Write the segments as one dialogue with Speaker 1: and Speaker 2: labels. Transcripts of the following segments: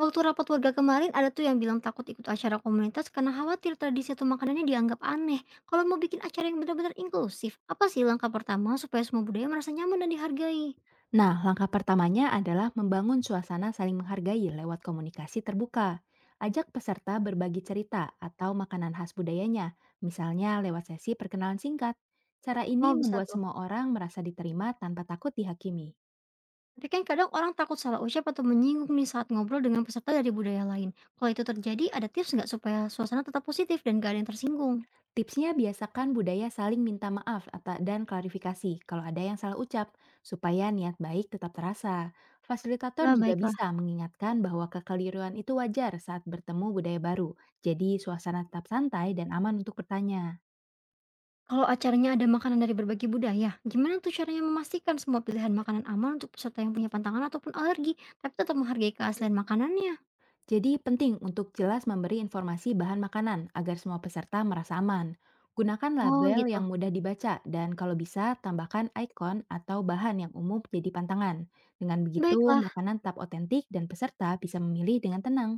Speaker 1: Waktu rapat warga kemarin ada tuh yang bilang takut ikut acara komunitas karena khawatir tradisi atau makanannya dianggap aneh. Kalau mau bikin acara yang benar-benar inklusif, apa sih langkah pertama supaya semua budaya merasa nyaman dan dihargai?
Speaker 2: Nah, langkah pertamanya adalah membangun suasana saling menghargai lewat komunikasi terbuka. Ajak peserta berbagi cerita atau makanan khas budayanya, misalnya lewat sesi perkenalan singkat. Cara ini
Speaker 1: Oh bisa
Speaker 2: membuat
Speaker 1: tuh.
Speaker 2: semua orang merasa diterima tanpa takut dihakimi.
Speaker 1: Tapi kan kadang orang takut salah ucap atau menyinggung nih saat ngobrol dengan peserta dari budaya lain. Kalau itu terjadi, ada tips nggak supaya suasana tetap positif dan gak ada yang tersinggung?
Speaker 2: Tipsnya biasakan budaya saling minta maaf dan klarifikasi kalau ada yang salah ucap, supaya niat baik tetap terasa. Fasilitator
Speaker 1: Nah,
Speaker 2: juga
Speaker 1: baiklah.
Speaker 2: bisa mengingatkan bahwa kekeliruan itu wajar saat bertemu budaya baru, jadi suasana tetap santai dan aman untuk bertanya.
Speaker 1: Kalau acaranya ada makanan dari berbagai budaya, gimana tuh caranya memastikan semua pilihan makanan aman untuk peserta yang punya pantangan ataupun alergi, tapi tetap menghargai keaslian makanannya?
Speaker 2: Jadi penting untuk jelas memberi informasi bahan makanan agar semua peserta merasa aman. Gunakan
Speaker 1: Oh
Speaker 2: label
Speaker 1: gitu.
Speaker 2: yang mudah dibaca dan kalau bisa tambahkan ikon atau bahan yang umum jadi pantangan. Dengan begitu,
Speaker 1: Baiklah,
Speaker 2: makanan tetap otentik dan peserta bisa memilih dengan tenang.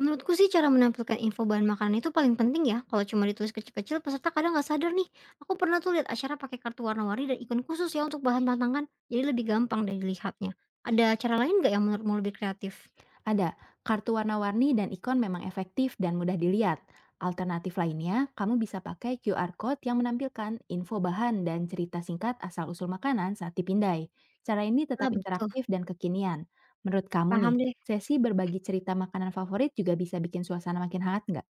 Speaker 1: menurutku sih cara menampilkan info bahan makanan itu paling penting ya. Kalau cuma ditulis kecil-kecil, peserta kadang nggak sadar nih. Aku pernah tuh lihat acara pakai kartu warna-warni dan ikon khusus ya untuk bahan tantangan. Jadi lebih gampang dari dilihatnya. Ada cara lain nggak yang menurutmu lebih kreatif?
Speaker 2: Ada, kartu warna-warni dan ikon memang efektif dan mudah dilihat. Alternatif lainnya, kamu bisa pakai QR Code yang menampilkan info bahan dan cerita singkat asal-usul makanan saat dipindai. Cara ini
Speaker 1: Nah
Speaker 2: tetap
Speaker 1: begitu,
Speaker 2: interaktif dan kekinian. Menurut kamu nih,
Speaker 1: paham deh.
Speaker 2: sesi berbagi cerita makanan favorit juga bisa bikin suasana makin hangat nggak?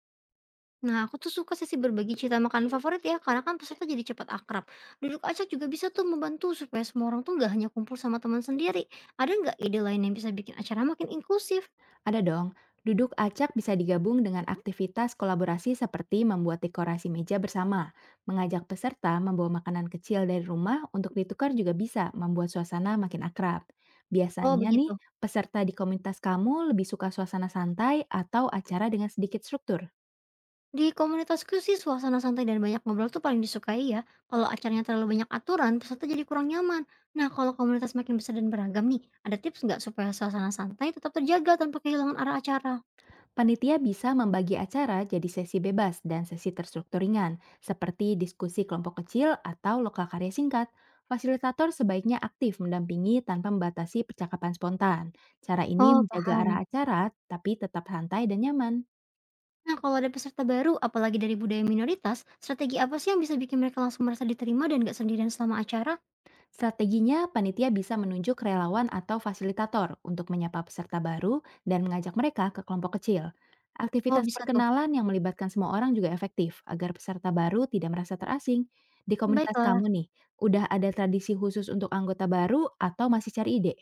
Speaker 1: Nah aku tuh suka sesi berbagi cerita makanan favorit ya, karena kan peserta jadi cepat akrab. Duduk acak juga bisa tuh membantu supaya semua orang tuh nggak hanya kumpul sama teman sendiri. Ada nggak ide lain yang bisa bikin acara makin inklusif?
Speaker 2: Ada dong, duduk acak bisa digabung dengan aktivitas kolaborasi seperti membuat dekorasi meja bersama, mengajak peserta membawa makanan kecil dari rumah untuk ditukar juga bisa membuat suasana makin akrab.
Speaker 1: Oh
Speaker 2: Biasanya nih,
Speaker 1: begitu.
Speaker 2: peserta di komunitas kamu lebih suka suasana santai atau acara dengan sedikit struktur.
Speaker 1: Di komunitasku sih suasana santai dan banyak ngobrol tuh paling disukai ya. Kalau acaranya terlalu banyak aturan, peserta jadi kurang nyaman. Nah, kalau komunitas makin besar dan beragam nih, ada tips nggak supaya suasana santai tetap terjaga tanpa kehilangan arah acara?
Speaker 2: Panitia bisa membagi acara jadi sesi bebas dan sesi terstruktur ringan, seperti diskusi kelompok kecil atau lokal karya singkat. Fasilitator sebaiknya aktif mendampingi tanpa membatasi percakapan spontan. Cara ini
Speaker 1: Oh,
Speaker 2: menjaga arah
Speaker 1: paham.
Speaker 2: acara, tapi tetap santai dan nyaman.
Speaker 1: Nah, kalau ada peserta baru, apalagi dari budaya minoritas, strategi apa sih yang bisa bikin mereka langsung merasa diterima dan nggak sendirian selama acara?
Speaker 2: Strateginya, panitia bisa menunjuk relawan atau fasilitator untuk menyapa peserta baru dan mengajak mereka ke kelompok kecil.
Speaker 1: Oh,
Speaker 2: Aktivitas
Speaker 1: bisa tuh.
Speaker 2: perkenalan yang melibatkan semua orang juga efektif agar peserta baru tidak merasa terasing. Di komunitas
Speaker 1: Baiklah.
Speaker 2: kamu nih, udah ada tradisi khusus untuk anggota baru atau masih cari ide?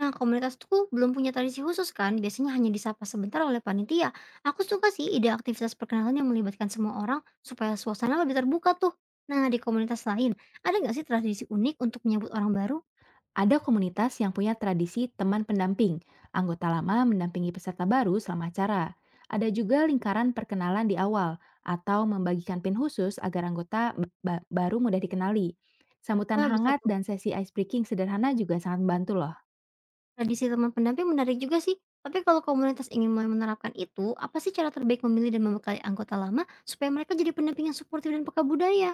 Speaker 1: Nah, komunitasku belum punya tradisi khusus kan, biasanya hanya disapa sebentar oleh panitia. Aku suka sih ide aktivitas perkenalan yang melibatkan semua orang supaya suasana lebih terbuka tuh. Nah, di komunitas lain, ada nggak sih tradisi unik untuk menyambut orang baru?
Speaker 2: Ada komunitas yang punya tradisi teman pendamping. Anggota lama mendampingi peserta baru selama acara. Ada juga lingkaran perkenalan di awal atau membagikan pin khusus agar anggota baru mudah dikenali. Sambutan
Speaker 1: Wah, bisa
Speaker 2: hangat
Speaker 1: tuh.
Speaker 2: dan sesi ice breaking sederhana juga sangat membantu loh.
Speaker 1: Tradisi teman pendamping menarik juga sih. Tapi kalau komunitas ingin mulai menerapkan itu, apa sih cara terbaik memilih dan membekali anggota lama supaya mereka jadi pendamping yang suportif dan peka budaya?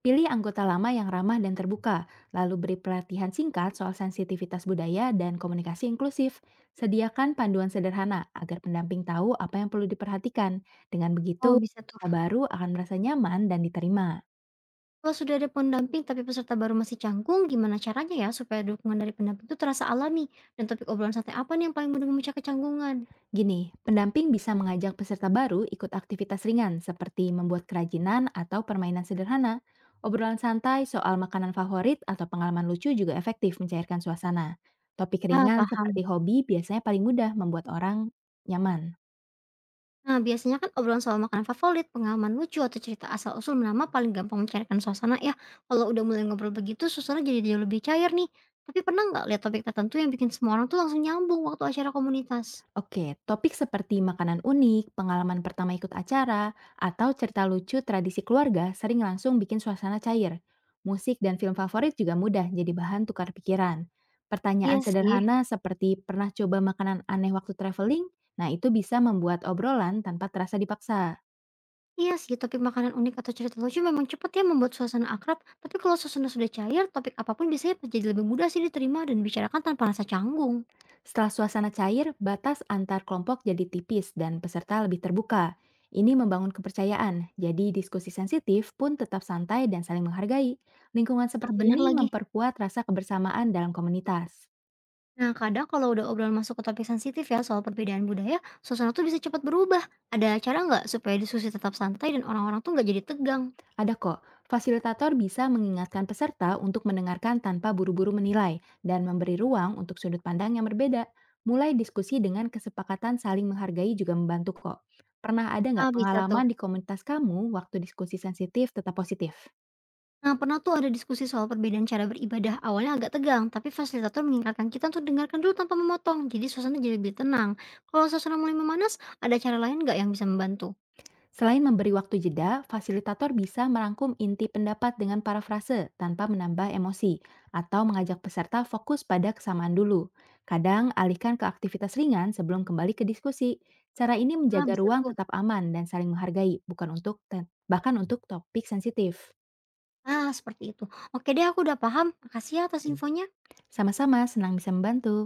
Speaker 2: Pilih anggota lama yang ramah dan terbuka, lalu beri pelatihan singkat soal sensitivitas budaya dan komunikasi inklusif. Sediakan panduan sederhana agar pendamping tahu apa yang perlu diperhatikan. Dengan
Speaker 1: Oh,
Speaker 2: begitu,
Speaker 1: bisa tuh.
Speaker 2: anggota baru akan merasa nyaman dan diterima.
Speaker 1: Kalau sudah ada pendamping tapi peserta baru masih canggung, gimana caranya ya supaya dukungan dari pendamping itu terasa alami? Dan topik obrolan santai apa nih yang paling mudah memecah kecanggungan?
Speaker 2: Gini, pendamping bisa mengajak peserta baru ikut aktivitas ringan seperti membuat kerajinan atau permainan sederhana. Obrolan santai soal makanan favorit atau pengalaman lucu juga efektif mencairkan suasana. Topik
Speaker 1: Ah,
Speaker 2: ringan
Speaker 1: paham.
Speaker 2: seperti hobi biasanya paling mudah membuat orang nyaman.
Speaker 1: Nah, biasanya kan obrolan soal makanan favorit, pengalaman lucu, atau cerita asal-usul nama paling gampang mencairkan suasana ya. Kalau udah mulai ngobrol begitu, suasana jadi jauh lebih cair nih. Tapi pernah nggak lihat topik tertentu yang bikin semua orang tuh langsung nyambung waktu acara komunitas?
Speaker 2: Oke, topik seperti makanan unik, pengalaman pertama ikut acara, atau cerita lucu tradisi keluarga sering langsung bikin suasana cair. Musik dan film favorit juga mudah jadi bahan tukar pikiran.
Speaker 1: Iya
Speaker 2: Pertanyaan
Speaker 1: sih,
Speaker 2: sederhana seperti pernah coba makanan aneh waktu traveling? Nah, itu bisa membuat obrolan tanpa terasa dipaksa.
Speaker 1: Iya sih, topik makanan unik atau cerita lucu memang cepat ya membuat suasana akrab, tapi kalau suasana sudah cair, topik apapun biasanya jadi lebih mudah sih diterima dan dibicarakan tanpa rasa canggung.
Speaker 2: Setelah suasana cair, batas antar kelompok jadi tipis dan peserta lebih terbuka. Ini membangun kepercayaan, jadi diskusi sensitif pun tetap santai dan saling menghargai. Lingkungan
Speaker 1: Nah,
Speaker 2: seperti
Speaker 1: bener
Speaker 2: ini
Speaker 1: lagi.
Speaker 2: memperkuat rasa kebersamaan dalam komunitas.
Speaker 1: Nah, kadang kalau udah obrolan masuk ke topik sensitif ya soal perbedaan budaya, suasana tuh bisa cepat berubah. Ada cara nggak supaya diskusi tetap santai dan orang-orang tuh nggak jadi tegang?
Speaker 2: Ada kok, fasilitator bisa mengingatkan peserta untuk mendengarkan tanpa buru-buru menilai dan memberi ruang untuk sudut pandang yang berbeda. Mulai diskusi dengan kesepakatan saling menghargai juga membantu kok. Pernah ada
Speaker 1: Ah,
Speaker 2: nggak
Speaker 1: bisa tuh.
Speaker 2: pengalaman di komunitas kamu waktu diskusi sensitif tetap positif?
Speaker 1: Nah, pernah tuh ada diskusi soal perbedaan cara beribadah. Awalnya agak tegang, tapi fasilitator mengingatkan kita untuk dengarkan dulu tanpa memotong. Jadi suasana jadi lebih tenang. Kalau suasana mulai memanas, ada cara lain nggak yang bisa membantu?
Speaker 2: Selain memberi waktu jeda, fasilitator bisa merangkum inti pendapat dengan parafrase tanpa menambah emosi atau mengajak peserta fokus pada kesamaan dulu. Kadang alihkan ke aktivitas ringan sebelum kembali ke diskusi. Cara ini
Speaker 1: Ah,
Speaker 2: menjaga
Speaker 1: bisa
Speaker 2: ruang
Speaker 1: tuh.
Speaker 2: tetap aman dan saling menghargai, bukan untuk bahkan untuk topik sensitif.
Speaker 1: Ah, seperti itu. Oke deh aku udah paham, makasih ya atas infonya.
Speaker 2: Sama-sama senang bisa membantu.